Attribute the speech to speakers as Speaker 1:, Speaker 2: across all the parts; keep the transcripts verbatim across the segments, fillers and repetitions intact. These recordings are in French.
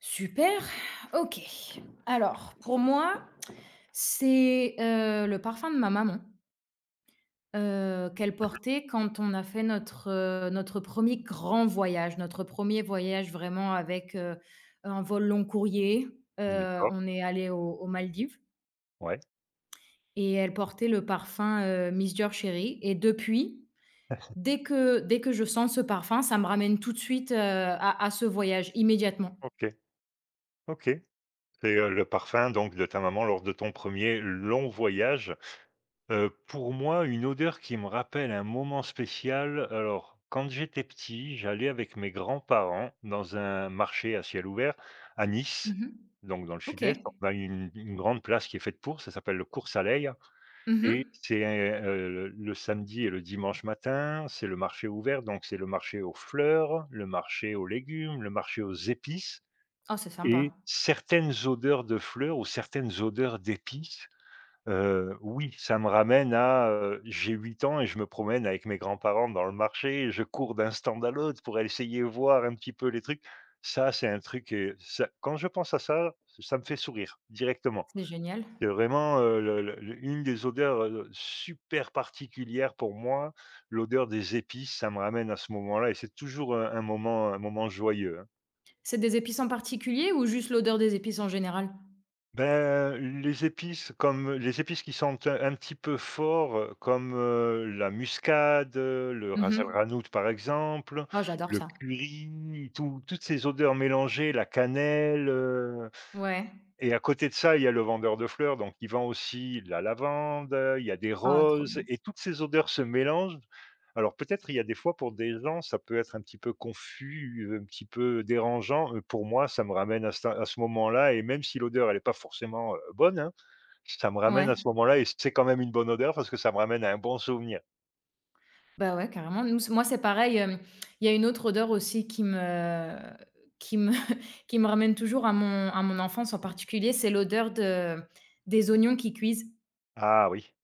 Speaker 1: Super, OK. Alors pour moi, c'est, heu, le parfum de ma maman, heu, qu'elle portait quand on a fait notre, heu, notre premier grand voyage, notre premier voyage vraiment avec, heu, un vol long courrier. Heu,
Speaker 2: D'accord,
Speaker 1: on est allé aux aux Maldives
Speaker 2: ouais.
Speaker 1: et elle portait le parfum, heu, Miss Dior Chérie. Et depuis, dès que dès que je sens ce parfum, ça me ramène tout de suite, heu, à à ce voyage immédiatement.
Speaker 2: OK, OK. C'est, heu, le parfum donc de ta maman lors de ton premier long voyage. Heu, pour moi, une odeur qui me rappelle un moment spécial. Alors quand j'étais petit, j'allais avec mes grands-parents dans un marché à ciel ouvert à Nice,
Speaker 1: Mmh.
Speaker 2: donc dans le sud-est.
Speaker 1: OK.
Speaker 2: On a une une grande place qui est faite pour, ça s'appelle le Cours-Saleil, et
Speaker 1: Mmh.
Speaker 2: c'est, heu, le samedi et le dimanche matin, c'est le marché ouvert, donc c'est le marché aux fleurs, le marché aux légumes, le marché aux épices.
Speaker 1: Oh, c'est
Speaker 2: Et
Speaker 1: sympa.
Speaker 2: certaines odeurs de fleurs ou certaines odeurs d'épices, heu, oui, ça me ramène à, heu, j'ai huit ans et je me promène avec mes grands-parents dans le marché et je cours d'un stand à l'autre pour essayer de voir un petit peu les trucs. Ça, c'est un truc, et ça, quand je pense à ça, ça me fait sourire directement.
Speaker 1: C'est génial.
Speaker 2: C'est vraiment, heu, le le le une des odeurs, heu, super particulières pour moi, l'odeur des épices. Ça me ramène à ce moment-là et c'est toujours, heu, un moment un moment joyeux, hein.
Speaker 1: C'est des épices en particulier ou juste l'odeur des épices en général?
Speaker 2: Ben les épices comme les épices qui sentent un un petit peu fort, heu, comme, heu, la muscade, heu, le ras el
Speaker 1: Mmh.
Speaker 2: hanout par exemple,
Speaker 1: Oh, j'adore
Speaker 2: le
Speaker 1: ça.
Speaker 2: curry, tout toutes ces odeurs mélangées, la cannelle, euh,
Speaker 1: Ouais.
Speaker 2: et à côté de ça, il y a le vendeur de fleurs, donc il vend aussi la lavande, il y a des
Speaker 1: Ah, trop
Speaker 2: roses
Speaker 1: bien.
Speaker 2: et toutes ces odeurs se mélangent. Alors peut-être, il y a des fois, pour des gens, ça peut être un petit peu confus, un petit peu dérangeant. Heu, pour moi, ça me ramène à ça, à ce moment-là, et même si l'odeur, elle est pas forcément, heu, bonne, hein, ça me ramène à
Speaker 1: Ouais.
Speaker 2: ce moment-là et c'est quand même une bonne odeur parce que ça me ramène à un bon souvenir.
Speaker 1: Bah, ouais, carrément. Nous, c'est moi, c'est pareil, hem, il y a une autre odeur aussi qui me qui me qui me ramène toujours à mon à mon enfance en particulier, c'est l'odeur de des oignons qui cuisent
Speaker 2: Ah oui,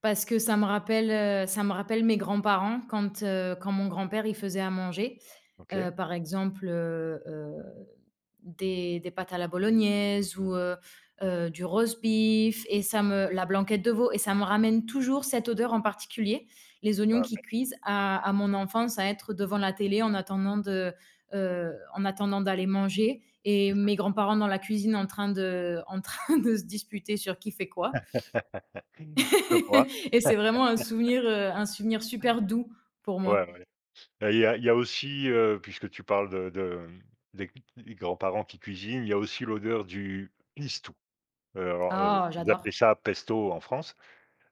Speaker 1: parce que ça me rappelle, heu, ça me rappelle mes grands-parents quand, heu, quand mon grand-père, il faisait à manger.
Speaker 2: OK.
Speaker 1: Heu, par exemple, euh, euh, Des des pâtes à la bolognaise ou, heu heu, du roast beef et ça me la blanquette de veau et ça me ramène toujours cette odeur en particulier, les oignons
Speaker 2: Voilà.
Speaker 1: qui cuisent à à mon enfance, à être devant la télé en attendant de, heu, en attendant d'aller manger et mes grands-parents dans la cuisine en train de en train de se disputer sur qui fait quoi
Speaker 2: Je vois.
Speaker 1: et c'est vraiment un souvenir, heu, un souvenir super doux pour
Speaker 2: Ouais,
Speaker 1: moi.
Speaker 2: ouais. Et il y a il y a aussi, heu, puisque tu parles de de, mmh, des des grands-parents qui cuisinent, il y a aussi l'odeur du pistou. Heu, alors, heu,
Speaker 1: Ah!
Speaker 2: vous appelez
Speaker 1: J'adore.
Speaker 2: ça pesto en France.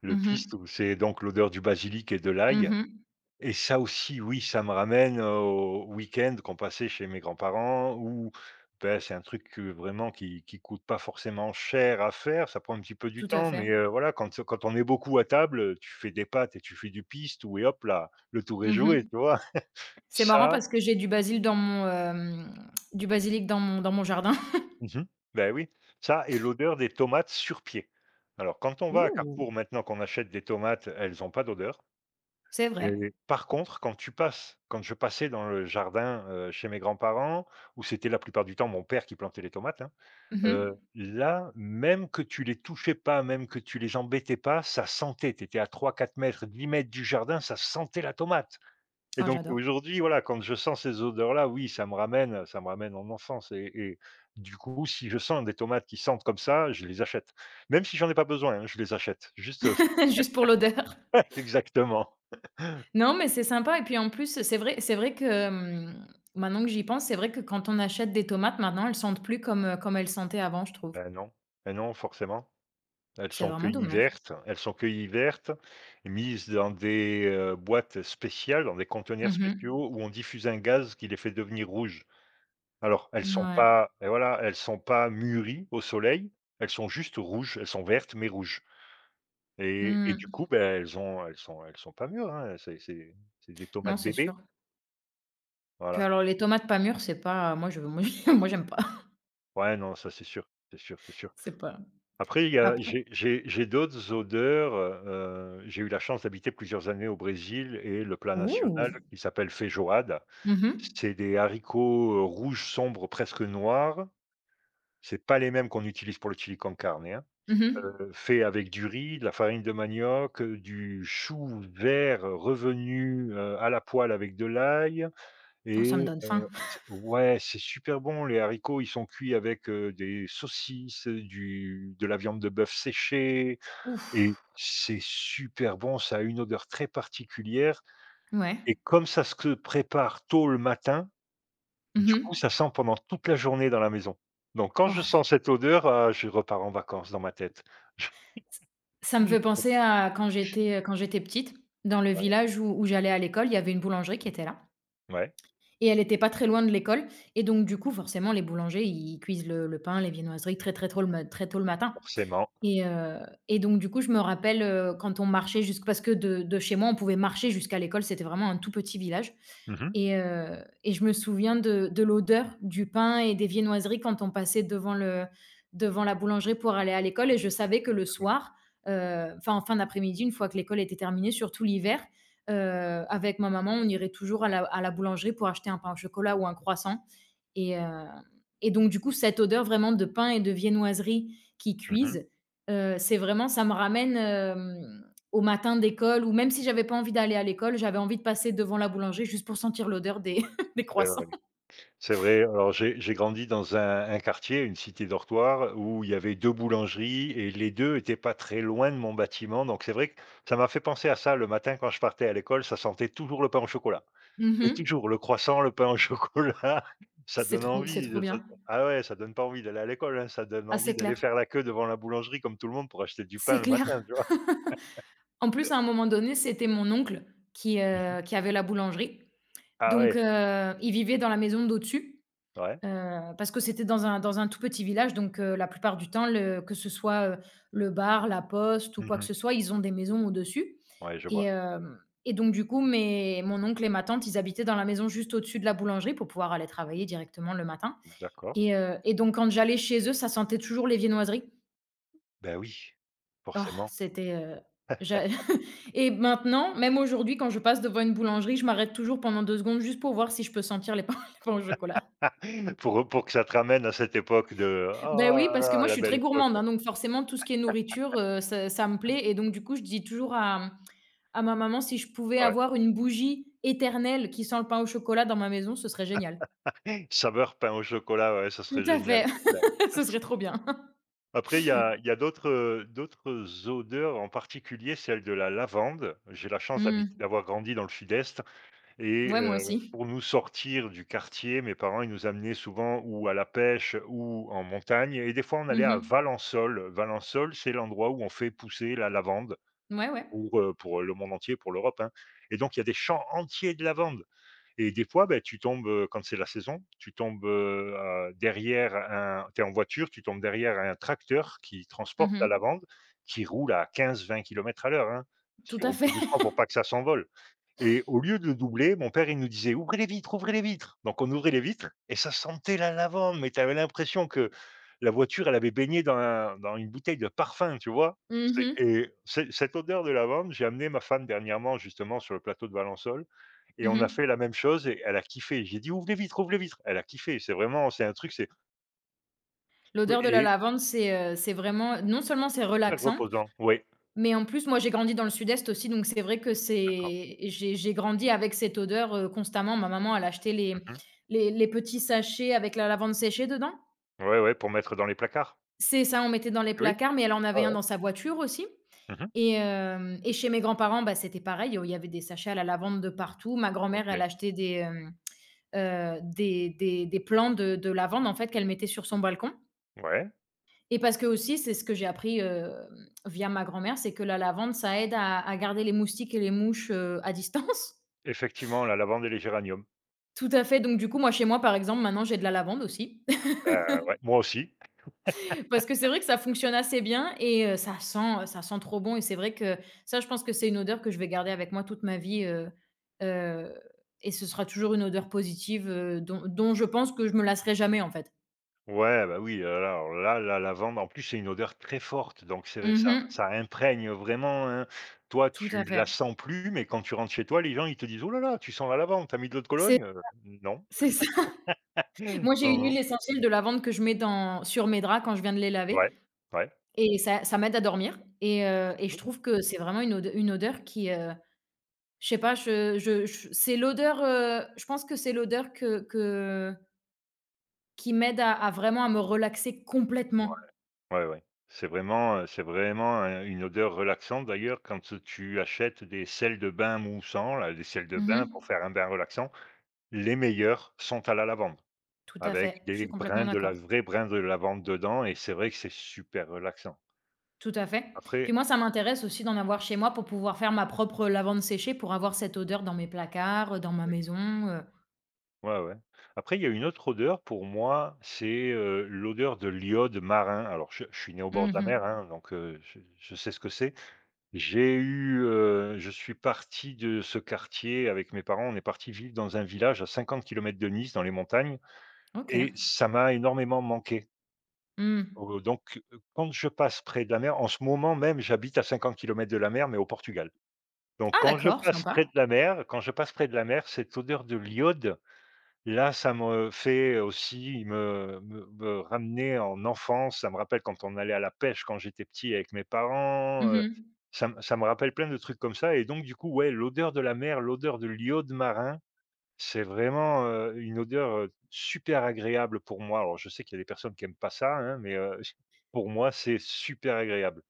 Speaker 2: Le pistou,
Speaker 1: Mmh
Speaker 2: c'est donc l'odeur du basilic et de
Speaker 1: mh.
Speaker 2: l'ail,
Speaker 1: Mmh.
Speaker 2: et ça aussi, oui, ça me ramène au week end qu'on passait chez mes grands-parents où, ben, c'est un truc, heu, vraiment qui qui coûte pas forcément cher à faire. Ça prend un petit peu du
Speaker 1: Tout à
Speaker 2: temps,
Speaker 1: fait.
Speaker 2: mais, heu, voilà, quand quand on est beaucoup à table, tu fais des pâtes et tu fais du pistou et hop là, le tour est joué,
Speaker 1: Mmh.
Speaker 2: tu vois?
Speaker 1: C'est marrant
Speaker 2: Ça
Speaker 1: parce que j'ai du basil dans mon, hem, du basilic dans mon dans mon jardin.
Speaker 2: Mmh mh. Oui, ça et l'odeur des tomates sur pied. Alors quand on va à
Speaker 1: Ouh!
Speaker 2: Carrefour maintenant qu'on achète des tomates, elles ont pas d'odeur,
Speaker 1: C'est vrai.
Speaker 2: et par contre, quand tu passes quand je passais dans le jardin, heu, chez mes grands-parents, où c'était la plupart du temps mon père qui plantait les tomates, hein, heu,
Speaker 1: Mmh.
Speaker 2: là, même que tu les touchais pas, même que tu les embêtais pas, ça sentait. Tu étais à trois, quatre mètres, dix mètres du jardin, ça sentait la tomate. Et
Speaker 1: Oh,
Speaker 2: donc
Speaker 1: j'adore.
Speaker 2: aujourd'hui, voilà, quand je sens ces odeurs-là, oui, ça me ramène, ça me ramène en enfance, et et du coup, si je sens des tomates qui sentent comme ça, je les achète. Même si j'en ai pas besoin, hein, je les achète. Juste, heu
Speaker 1: Juste pour l'odeur.
Speaker 2: exactement.
Speaker 1: Non, mais c'est sympa et puis en plus, c'est vrai c'est vrai que, hem, maintenant que j'y pense, c'est vrai que quand on achète des tomates maintenant, elles sentent plus comme, heu, comme elles sentaient avant, je trouve.
Speaker 2: Ben non, ben non, forcément. Elles
Speaker 1: C'est
Speaker 2: sont
Speaker 1: vraiment
Speaker 2: cueillies
Speaker 1: dommage.
Speaker 2: vertes, elles sont cueillies vertes, mises dans des, heu, boîtes spéciales, dans des conteneurs
Speaker 1: Mhm.
Speaker 2: spéciaux où on diffuse un gaz qui les fait devenir rouges. Alors elles sont
Speaker 1: Ouais.
Speaker 2: pas, et voilà, elles sont pas mûries au soleil, elles sont juste rouges, elles sont vertes mais rouges. Et et du
Speaker 1: Mmh.
Speaker 2: coup, ben elles ont elles sont elles sont pas mûres, hein, c'est c'est c'est des
Speaker 1: Non,
Speaker 2: tomates
Speaker 1: c'est
Speaker 2: bébés,
Speaker 1: sûr. Puis
Speaker 2: voilà.
Speaker 1: alors les tomates pas mûres, c'est pas moi je moi moi j'aime pas.
Speaker 2: Ouais, non, ça c'est sûr, c'est sûr, c'est sûr.
Speaker 1: C'est pas.
Speaker 2: Après, il y a
Speaker 1: Après.
Speaker 2: j'ai j'ai j'ai d'autres odeurs, heu, j'ai eu la chance d'habiter plusieurs années au Brésil, et le plat
Speaker 1: Ouh!
Speaker 2: national qui s'appelle feijoada,
Speaker 1: Mhm.
Speaker 2: c'est des haricots, heu, rouges sombres, presque noirs. C'est pas les mêmes qu'on utilise pour le chili con carne, hein.
Speaker 1: Mhm.
Speaker 2: Heu, fait avec du riz, de la farine de manioc, heu, du chou vert, heu, revenu, heu, à la poêle avec de l'ail.
Speaker 1: Oh, ça me
Speaker 2: Et
Speaker 1: donne
Speaker 2: heu,
Speaker 1: faim.
Speaker 2: c ouais, c'est super bon, les haricots, ils sont cuits avec, heu, des saucisses, du de la viande de bœuf séchée, et
Speaker 1: Ouf!
Speaker 2: c'est super bon, ça a une odeur très particulière,
Speaker 1: Ouais.
Speaker 2: et comme ça se prépare tôt le matin, du coup,
Speaker 1: Mhm.
Speaker 2: ça sent pendant toute la journée dans la maison. Donc quand je
Speaker 1: Oh, ç
Speaker 2: sens cette odeur, ah, je repars en vacances dans ma tête.
Speaker 1: ça me
Speaker 2: Je
Speaker 1: fait penser à quand j'étais, euh, quand j'étais petite, dans le
Speaker 2: Ouais,
Speaker 1: village où où j'allais à l'école, il y avait une boulangerie qui était là
Speaker 2: ouais,
Speaker 1: et elle était pas très loin de l'école et donc du coup, forcément, les boulangers, ils cuisent le le pain, les viennoiseries très, très tôt le ma très tôt le matin
Speaker 2: forcément.
Speaker 1: et heu et donc du coup, je me rappelle, heu, quand on marchait jusqu parce que de de chez moi, on pouvait marcher jusqu'à l'école, c'était vraiment un tout petit village.
Speaker 2: Mmh mh.
Speaker 1: Et heu et je me souviens de de l'odeur du pain et des viennoiseries quand on passait devant le devant la boulangerie pour aller à l'école et je savais que le soir, heu, enfin, en fin d'après-midi, une fois que l'école était terminée, surtout l'hiver, heu, avec ma maman, on irait toujours à la à la boulangerie pour acheter un pain au chocolat ou un croissant et heu et donc du coup, cette odeur vraiment de pain et de viennoiserie qui
Speaker 2: Mmh
Speaker 1: cuisent, heu, c'est vraiment ça me ramène, hem, aux matins d'école ou même si j'avais pas envie d'aller à l'école, j'avais envie de passer devant la boulangerie juste pour sentir l'odeur des des
Speaker 2: C'est
Speaker 1: croissants.
Speaker 2: vrai. C'est vrai, alors j'ai j'ai grandi dans un un quartier, une cité dortoir où il y avait deux boulangeries et les deux étaient pas très loin de mon bâtiment, donc c'est vrai que ça m'a fait penser à ça. Le matin, quand je partais à l'école, ça sentait toujours le pain au chocolat. Mais
Speaker 1: Mmh.
Speaker 2: toujours, le croissant, le pain au chocolat, ça
Speaker 1: C'est
Speaker 2: donne
Speaker 1: trop c'est
Speaker 2: envie,
Speaker 1: trop
Speaker 2: ça
Speaker 1: bien.
Speaker 2: ah ouais, ça donne pas envie d'aller à l'école, hein, ça donne
Speaker 1: Ah,
Speaker 2: envie
Speaker 1: c'est
Speaker 2: d'aller
Speaker 1: clair.
Speaker 2: faire la queue devant la boulangerie comme tout le monde pour acheter du pain
Speaker 1: C'est
Speaker 2: le matin,
Speaker 1: clair.
Speaker 2: tu vois?
Speaker 1: En plus, à un moment donné, c'était mon oncle qui,
Speaker 2: Mmh
Speaker 1: heu, qui avait la boulangerie.
Speaker 2: Ah
Speaker 1: Donc
Speaker 2: ouais,
Speaker 1: heu, il vivait dans la maison d'au-dessus.
Speaker 2: ouais.
Speaker 1: Heu, parce que c'était dans un dans un tout petit village donc heu, la plupart du temps, le que ce soit, heu, le bar, la poste ou quoi que
Speaker 2: Mmh
Speaker 1: ce soit, ils ont des maisons au-dessus
Speaker 2: Ouais, je
Speaker 1: et
Speaker 2: vois.
Speaker 1: hem et donc du coup, mes mon oncle et ma tante, ils habitaient dans la maison juste au-dessus de la boulangerie pour pouvoir aller travailler directement le matin
Speaker 2: D'accord.
Speaker 1: et heu et donc quand j'allais chez eux, ça sentait toujours les viennoiseries.
Speaker 2: Bah oui,
Speaker 1: Oh,
Speaker 2: forcément.
Speaker 1: c'était, heu, j'a et maintenant, même aujourd'hui, quand je passe devant une boulangerie, je m'arrête toujours pendant deux secondes juste pour voir si je peux sentir les pains les pains au chocolat.
Speaker 2: Pour pour que ça te ramène à cette époque de:
Speaker 1: Ben
Speaker 2: «Oh
Speaker 1: oui,
Speaker 2: là
Speaker 1: parce que
Speaker 2: là,
Speaker 1: moi, je
Speaker 2: la
Speaker 1: suis
Speaker 2: belle
Speaker 1: très gourmande,
Speaker 2: époque!»
Speaker 1: hein, donc forcément tout ce qui est nourriture, heu, ça ça me plaît et donc du coup, je dis toujours à, mmh, à ma maman: «Si je pouvais
Speaker 2: Ouais.
Speaker 1: avoir une bougie éternelle qui sent le pain au chocolat dans ma maison, ce serait génial».
Speaker 2: Saveur pain au chocolat, ouais, ça
Speaker 1: Tout
Speaker 2: serait
Speaker 1: à
Speaker 2: génial,
Speaker 1: fait,
Speaker 2: c'est clair.
Speaker 1: ce serait trop bien.
Speaker 2: Après il y a il y a d'autres, heu, d'autres odeurs, en particulier celle de la lavande. J'ai la chance d'habiter
Speaker 1: Mmh.
Speaker 2: d'avoir grandi dans le sud-est, et
Speaker 1: Ouais, moi
Speaker 2: heu,
Speaker 1: aussi.
Speaker 2: pour nous sortir du quartier, mes parents, ils nous amenaient souvent ou à la pêche ou en montagne, et des fois on allait à
Speaker 1: Mmh
Speaker 2: Valensole. Valensole, c'est l'endroit où on fait pousser la lavande,
Speaker 1: mh. Ouais, ouais.
Speaker 2: pour, heu, pour le monde entier, pour l'Europe, hein, et donc il y a des champs entiers de lavande, et des fois, beh, tu tombes, heu, quand c'est la saison, tu tombes, heu heu, derrière un tu es en voiture, tu tombes derrière un tracteur qui
Speaker 1: Mmh
Speaker 2: transporte la
Speaker 1: mh.
Speaker 2: lavande, qui roule à quinze-vingt kilomètres à l'heure, hein, parce
Speaker 1: Tout
Speaker 2: qu'il
Speaker 1: à
Speaker 2: roule tout
Speaker 1: fait.
Speaker 2: doucement pour pas que ça s'envole. Et au lieu de le doubler, mon père, il nous disait: «Ouvrez les vitres, ouvrez les vitres!» Donc on ouvrait les vitres et ça sentait la lavande, mais tu avais l'impression que la voiture, elle avait baigné dans un dans une bouteille de parfum, tu vois?
Speaker 1: Mmh
Speaker 2: C'est
Speaker 1: mh.
Speaker 2: et c'est cette odeur de lavande, j'ai amené ma femme dernièrement, justement, sur le plateau de Valensole, et
Speaker 1: Mmh
Speaker 2: on a fait
Speaker 1: mh.
Speaker 2: la même chose et elle a kiffé. J'ai dit: «Ouvre les vitres, ouvre les vitres!» Elle a kiffé. C'est vraiment, c'est un truc, c'est ouais,
Speaker 1: L'odeur de la
Speaker 2: et
Speaker 1: lavande, c'est, heu, c'est vraiment non seulement c'est
Speaker 2: hyper
Speaker 1: relaxant.
Speaker 2: reposant. Oui,
Speaker 1: Mais en plus, moi, j'ai grandi dans le sud-est aussi, donc c'est vrai que
Speaker 2: d'accord.
Speaker 1: c'est j'ai j'ai grandi avec cette odeur, heu, constamment. Ma maman, elle achetait les
Speaker 2: Mmh mh.
Speaker 1: les les petits sachets avec la lavande séchée dedans.
Speaker 2: Ouais, ouais, pour mettre dans les placards.
Speaker 1: C'est ça, on mettait dans les
Speaker 2: Oui,
Speaker 1: placards, mais elle en
Speaker 2: ouais,
Speaker 1: avait un
Speaker 2: ouais.
Speaker 1: dans sa voiture aussi
Speaker 2: Mmh
Speaker 1: et hem et chez mes grands-parents, bah, c'était pareil, il y avait des sachets à la lavande de partout. Ma grand-mère, elle
Speaker 2: OK.
Speaker 1: achetait des, hem, heu, des des des plants de de lavande, en fait, qu'elle mettait sur son balcon.
Speaker 2: Ouais,
Speaker 1: Et parce que aussi, c'est ce que j'ai appris, hem, via ma grand-mère, c'est que la lavande, ça aide à à garder les moustiques et les mouches, heu, à distance.
Speaker 2: effectivement, la lavande et les géraniums.
Speaker 1: Tout à fait, donc du coup, moi, chez moi, par exemple, maintenant, j'ai de la lavande aussi.
Speaker 2: Heu, ouais, moi aussi.
Speaker 1: Parce que c'est vrai que ça fonctionne assez bien et heu, ça sent, ça sent trop bon et c'est vrai que ça, je pense que c'est une odeur que je vais garder avec moi toute ma vie, heu heu et ce sera toujours une odeur positive, heu, dont dont je pense que je me lasserai jamais, en fait.
Speaker 2: Ouais, bah, oui, heu, là, alors là, la lavande, en plus, c'est une odeur très forte, donc c'est ça
Speaker 1: Mmh.
Speaker 2: ça imprègne vraiment, hein. Toi,
Speaker 1: Tout
Speaker 2: tu
Speaker 1: à
Speaker 2: la
Speaker 1: fait.
Speaker 2: sens plus, mais quand tu rentres chez toi, les gens, ils te disent: «Oh là là, tu sens la lavande, tu as mis de l'eau de
Speaker 1: C'est
Speaker 2: Cologne?» Heu, non,
Speaker 1: c'est ça.
Speaker 2: non,
Speaker 1: Moi, j'ai une
Speaker 2: non.
Speaker 1: huile essentielle de lavande que je mets dans sur mes draps quand je viens de les laver.
Speaker 2: Ouais, ouais,
Speaker 1: Et ça ça m'aide à dormir et heu et
Speaker 2: oui,
Speaker 1: je
Speaker 2: oui,
Speaker 1: trouve que c'est vraiment une ode une odeur qui, heu, je sais pas, je je je c'est l'odeur, heu, je pense que c'est l'odeur que que qui m'aide à à vraiment à me relaxer complètement.
Speaker 2: ouais, ouais, ouais. C'est vraiment, heu, c'est vraiment, heu, une odeur relaxante. D'ailleurs, quand, heu, tu achètes des sels de bain moussants, là, des sels de bain
Speaker 1: Mmh.
Speaker 2: pour faire un bain relaxant, les meilleurs sont à la lavande.
Speaker 1: Tout à
Speaker 2: Avec
Speaker 1: fait, je
Speaker 2: des
Speaker 1: suis complètement
Speaker 2: brins de la
Speaker 1: d'accord.
Speaker 2: vraie brins de lavande dedans, et c'est vrai que c'est super relaxant.
Speaker 1: Tout à fait. Puis
Speaker 2: Après
Speaker 1: moi, ça m'intéresse aussi d'en avoir chez moi pour pouvoir faire ma propre lavande séchée pour avoir cette odeur dans mes placards, dans ma maison, heu.
Speaker 2: Ouais, ouais. Après il y a une autre odeur pour moi, c'est, heu, l'odeur de l'iode marin. Alors je je suis né au bord de la mer,
Speaker 1: Mmh.
Speaker 2: hein, donc heu, je je sais ce que c'est. J'ai eu, heu, je suis parti de ce quartier avec mes parents, on est parti vivre dans un village à cinquante kilomètres de Nice, dans les montagnes,
Speaker 1: OK.
Speaker 2: et ça m'a énormément manqué.
Speaker 1: Mmh.
Speaker 2: Heu, donc heu, quand je passe près de la mer en ce moment même, j'habite à cinquante kilomètres de la mer, mais au Portugal. Donc
Speaker 1: Ah
Speaker 2: quand je
Speaker 1: d'accord,
Speaker 2: passe près
Speaker 1: sympa.
Speaker 2: de la mer quand je passe près de la mer, cette odeur de l'iode, là, ça me fait aussi me me me ramener en enfance. Ça me rappelle quand on allait à la pêche quand j'étais petit avec mes parents, heu,
Speaker 1: Mmh.
Speaker 2: ça me ça me rappelle plein de trucs comme ça, et donc du coup, ouais, l'odeur de la mer, l'odeur de l'iode marin, c'est vraiment, heu, une odeur, heu, super agréable pour moi. Alors je sais qu'il y a des personnes qui aiment pas ça, hein, mais, heu, pour moi, c'est super agréable.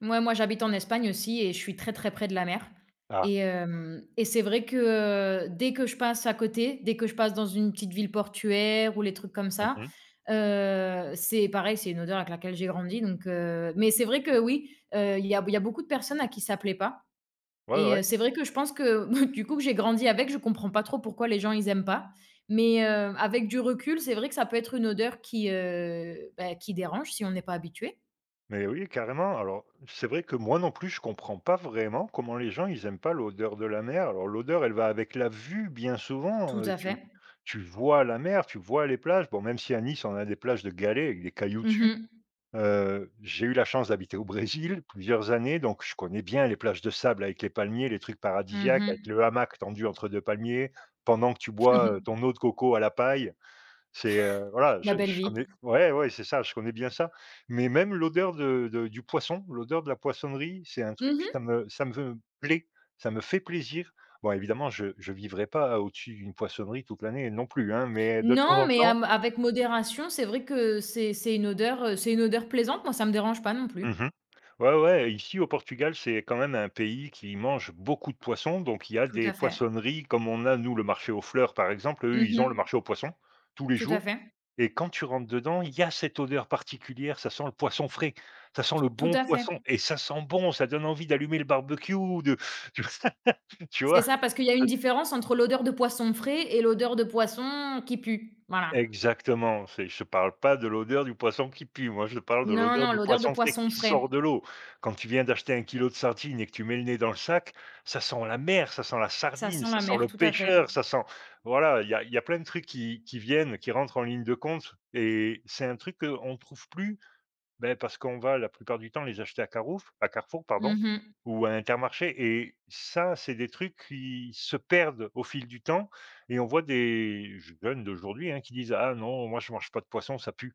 Speaker 1: Mouais, moi j'habite en Espagne aussi et je suis très, très près de la mer
Speaker 2: Ah,
Speaker 1: et hem et c'est vrai que, heu, dès que je passe à côté, dès que je passe dans une petite ville portuaire ou les trucs comme ça,
Speaker 2: mmh
Speaker 1: heu, c'est pareil, c'est une odeur avec laquelle j'ai grandi donc heu mais c'est vrai que oui, heu, il y a il y a beaucoup de personnes à qui ça plaît pas
Speaker 2: ouais,
Speaker 1: et
Speaker 2: ouais.
Speaker 1: heu, c'est vrai que je pense que du coup que j'ai grandi avec, je comprends pas trop pourquoi les gens ils aiment pas mais heu, avec du recul, c'est vrai que ça peut être une odeur qui, heu, bah, qui dérange si on n'est pas habitué.
Speaker 2: Mais oui, carrément. Alors, c'est vrai que moi non plus, je comprends pas vraiment comment les gens, ils aiment pas l'odeur de la mer. Alors, l'odeur, elle va avec la vue, bien souvent.
Speaker 1: Tout
Speaker 2: Euh,
Speaker 1: à
Speaker 2: tu,
Speaker 1: fait.
Speaker 2: tu vois la mer, tu vois les plages. Bon, même si à Nice, on a des plages de galets avec des cailloux
Speaker 1: Mmh
Speaker 2: dessus.
Speaker 1: mh.
Speaker 2: Euh, j'ai eu la chance d'habiter au Brésil plusieurs années, donc je connais bien les plages de sable avec les palmiers, les trucs paradisiaques, avec
Speaker 1: Mmh.
Speaker 2: le hamac tendu entre deux palmiers, pendant que tu bois
Speaker 1: Mmh.
Speaker 2: euh, ton eau de coco à la paille. C'est, heu, voilà,
Speaker 1: La
Speaker 2: je
Speaker 1: belle
Speaker 2: je
Speaker 1: vie.
Speaker 2: connais, ouais, ouais, c'est ça, je connais bien ça, mais même l'odeur de de du poisson, l'odeur de la poissonnerie, c'est un truc,
Speaker 1: Mmh.
Speaker 2: ça me ça me plaît, ça me fait plaisir. Bon évidemment, je je vivrai pas au-dessus d'une poissonnerie toute l'année non plus, hein, mais de temps
Speaker 1: Non,
Speaker 2: en
Speaker 1: mais
Speaker 2: temps.
Speaker 1: hem, avec modération, c'est vrai que c'est c'est une odeur, heu, c'est une odeur plaisante. Moi, ça me dérange pas non plus.
Speaker 2: Mmh Ouais, ouais, ici au Portugal, c'est quand même un pays qui mange beaucoup de poissons, donc il y a
Speaker 1: Tout
Speaker 2: des
Speaker 1: à fait.
Speaker 2: poissonneries. Comme on a nous le marché aux fleurs par exemple, eux, ils ont le
Speaker 1: Mmh.
Speaker 2: marché aux poissons tous les
Speaker 1: Tout à
Speaker 2: jours,
Speaker 1: fait.
Speaker 2: et quand tu rentres dedans, il y a cette odeur particulière, ça sent le poisson frais, ça sent le
Speaker 1: Tout
Speaker 2: bon
Speaker 1: à fait.
Speaker 2: poisson et ça sent bon, ça donne envie d'allumer le barbecue, de Tu vois?
Speaker 1: C'est ça, parce qu'il y a une différence entre l'odeur de poisson frais et l'odeur de poisson qui pue. Voilà.
Speaker 2: Exactement, c'est je te parle pas de l'odeur du poisson qui pue, moi je parle de
Speaker 1: Non,
Speaker 2: l'odeur
Speaker 1: non,
Speaker 2: du
Speaker 1: l'odeur de
Speaker 2: poisson frais qui
Speaker 1: poisson
Speaker 2: sort
Speaker 1: frais,
Speaker 2: de l'eau. Quand tu viens d'acheter un kilo de sardines et que tu mets le nez dans le sac, ça sent la mer, ça sent la
Speaker 1: ça
Speaker 2: sardine,
Speaker 1: sent
Speaker 2: ça
Speaker 1: la
Speaker 2: sent
Speaker 1: mer,
Speaker 2: le
Speaker 1: tout à fait.
Speaker 2: pêcheur, ça sent voilà, il y a il y a plein de trucs qui qui viennent, qui rentrent en ligne de compte, et c'est un truc qu'on ne trouve plus, ben parce qu'on va la plupart du temps les acheter à Carouf à Carrefour pardon,
Speaker 1: Mmh.
Speaker 2: ou à Intermarché, et ça, c'est des trucs qui se perdent au fil du temps, et on voit des jeunes d'aujourd'hui, hein, qui disent: «Ah non, moi je mange pas de poisson, ça pue»,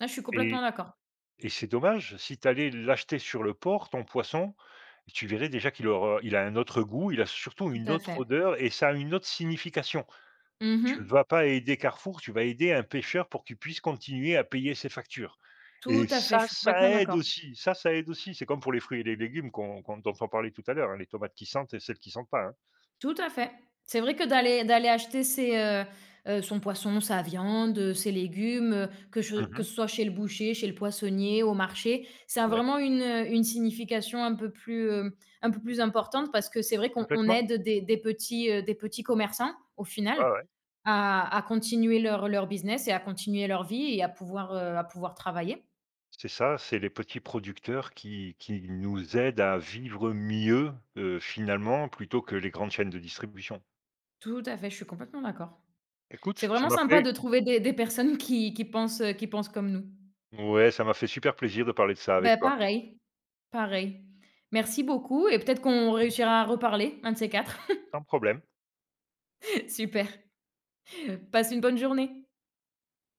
Speaker 1: Ah, je suis complètement
Speaker 2: et
Speaker 1: d'accord.
Speaker 2: et c'est dommage. Si tu allais l'acheter sur le port, ton poisson, tu verrais déjà qu'il aura il a un autre goût, il a surtout
Speaker 1: Tout
Speaker 2: une
Speaker 1: à
Speaker 2: autre
Speaker 1: fait.
Speaker 2: odeur, et ça a une autre signification. Tu ne
Speaker 1: Mmh.
Speaker 2: vas pas aider Carrefour, tu vas aider un pêcheur pour qu'il puisse continuer à payer ses factures, et
Speaker 1: Tout à fait,
Speaker 2: ça,
Speaker 1: je suis
Speaker 2: ça
Speaker 1: complètement
Speaker 2: aide
Speaker 1: d'accord.
Speaker 2: aussi, ça, ça aide aussi. C'est comme pour les fruits et les légumes qu'on qu'on dont on parlait tout à l'heure, hein, les tomates qui sentent et celles qui sentent pas, hein.
Speaker 1: Tout à fait. C'est vrai que d'aller d'aller acheter ses, heu heu, son poisson, sa viande, heu, ses légumes, heu, que che que
Speaker 2: Mmh
Speaker 1: ce soit chez le boucher, chez le poissonnier, au marché, ça a
Speaker 2: Ouais,
Speaker 1: vraiment une, heu, une signification un peu plus, hem, un peu plus importante parce que c'est vrai qu'on on
Speaker 2: complètement.
Speaker 1: aide des des petits, heu, des petits commerçants, au final,
Speaker 2: Ouais, ouais.
Speaker 1: à à continuer leur leur business et à continuer leur vie et à pouvoir, heu, à pouvoir travailler.
Speaker 2: C'est ça, c'est les petits producteurs qui qui nous aident à vivre mieux, heu, finalement, plutôt que les grandes chaînes de distribution.
Speaker 1: Tout à fait, je suis complètement d'accord. C'est
Speaker 2: Écoute, ça
Speaker 1: vraiment
Speaker 2: m'a
Speaker 1: sympa
Speaker 2: fait
Speaker 1: de trouver des des personnes qui qui pensent, qui pensent comme nous.
Speaker 2: ouais, ça m'a fait super plaisir de parler de ça avec
Speaker 1: Ben
Speaker 2: toi.
Speaker 1: pareil. Pareil. Merci beaucoup et peut-être qu'on réussira à reparler, un de ces quatre.
Speaker 2: Sans problème.
Speaker 1: Super. Passe une bonne journée.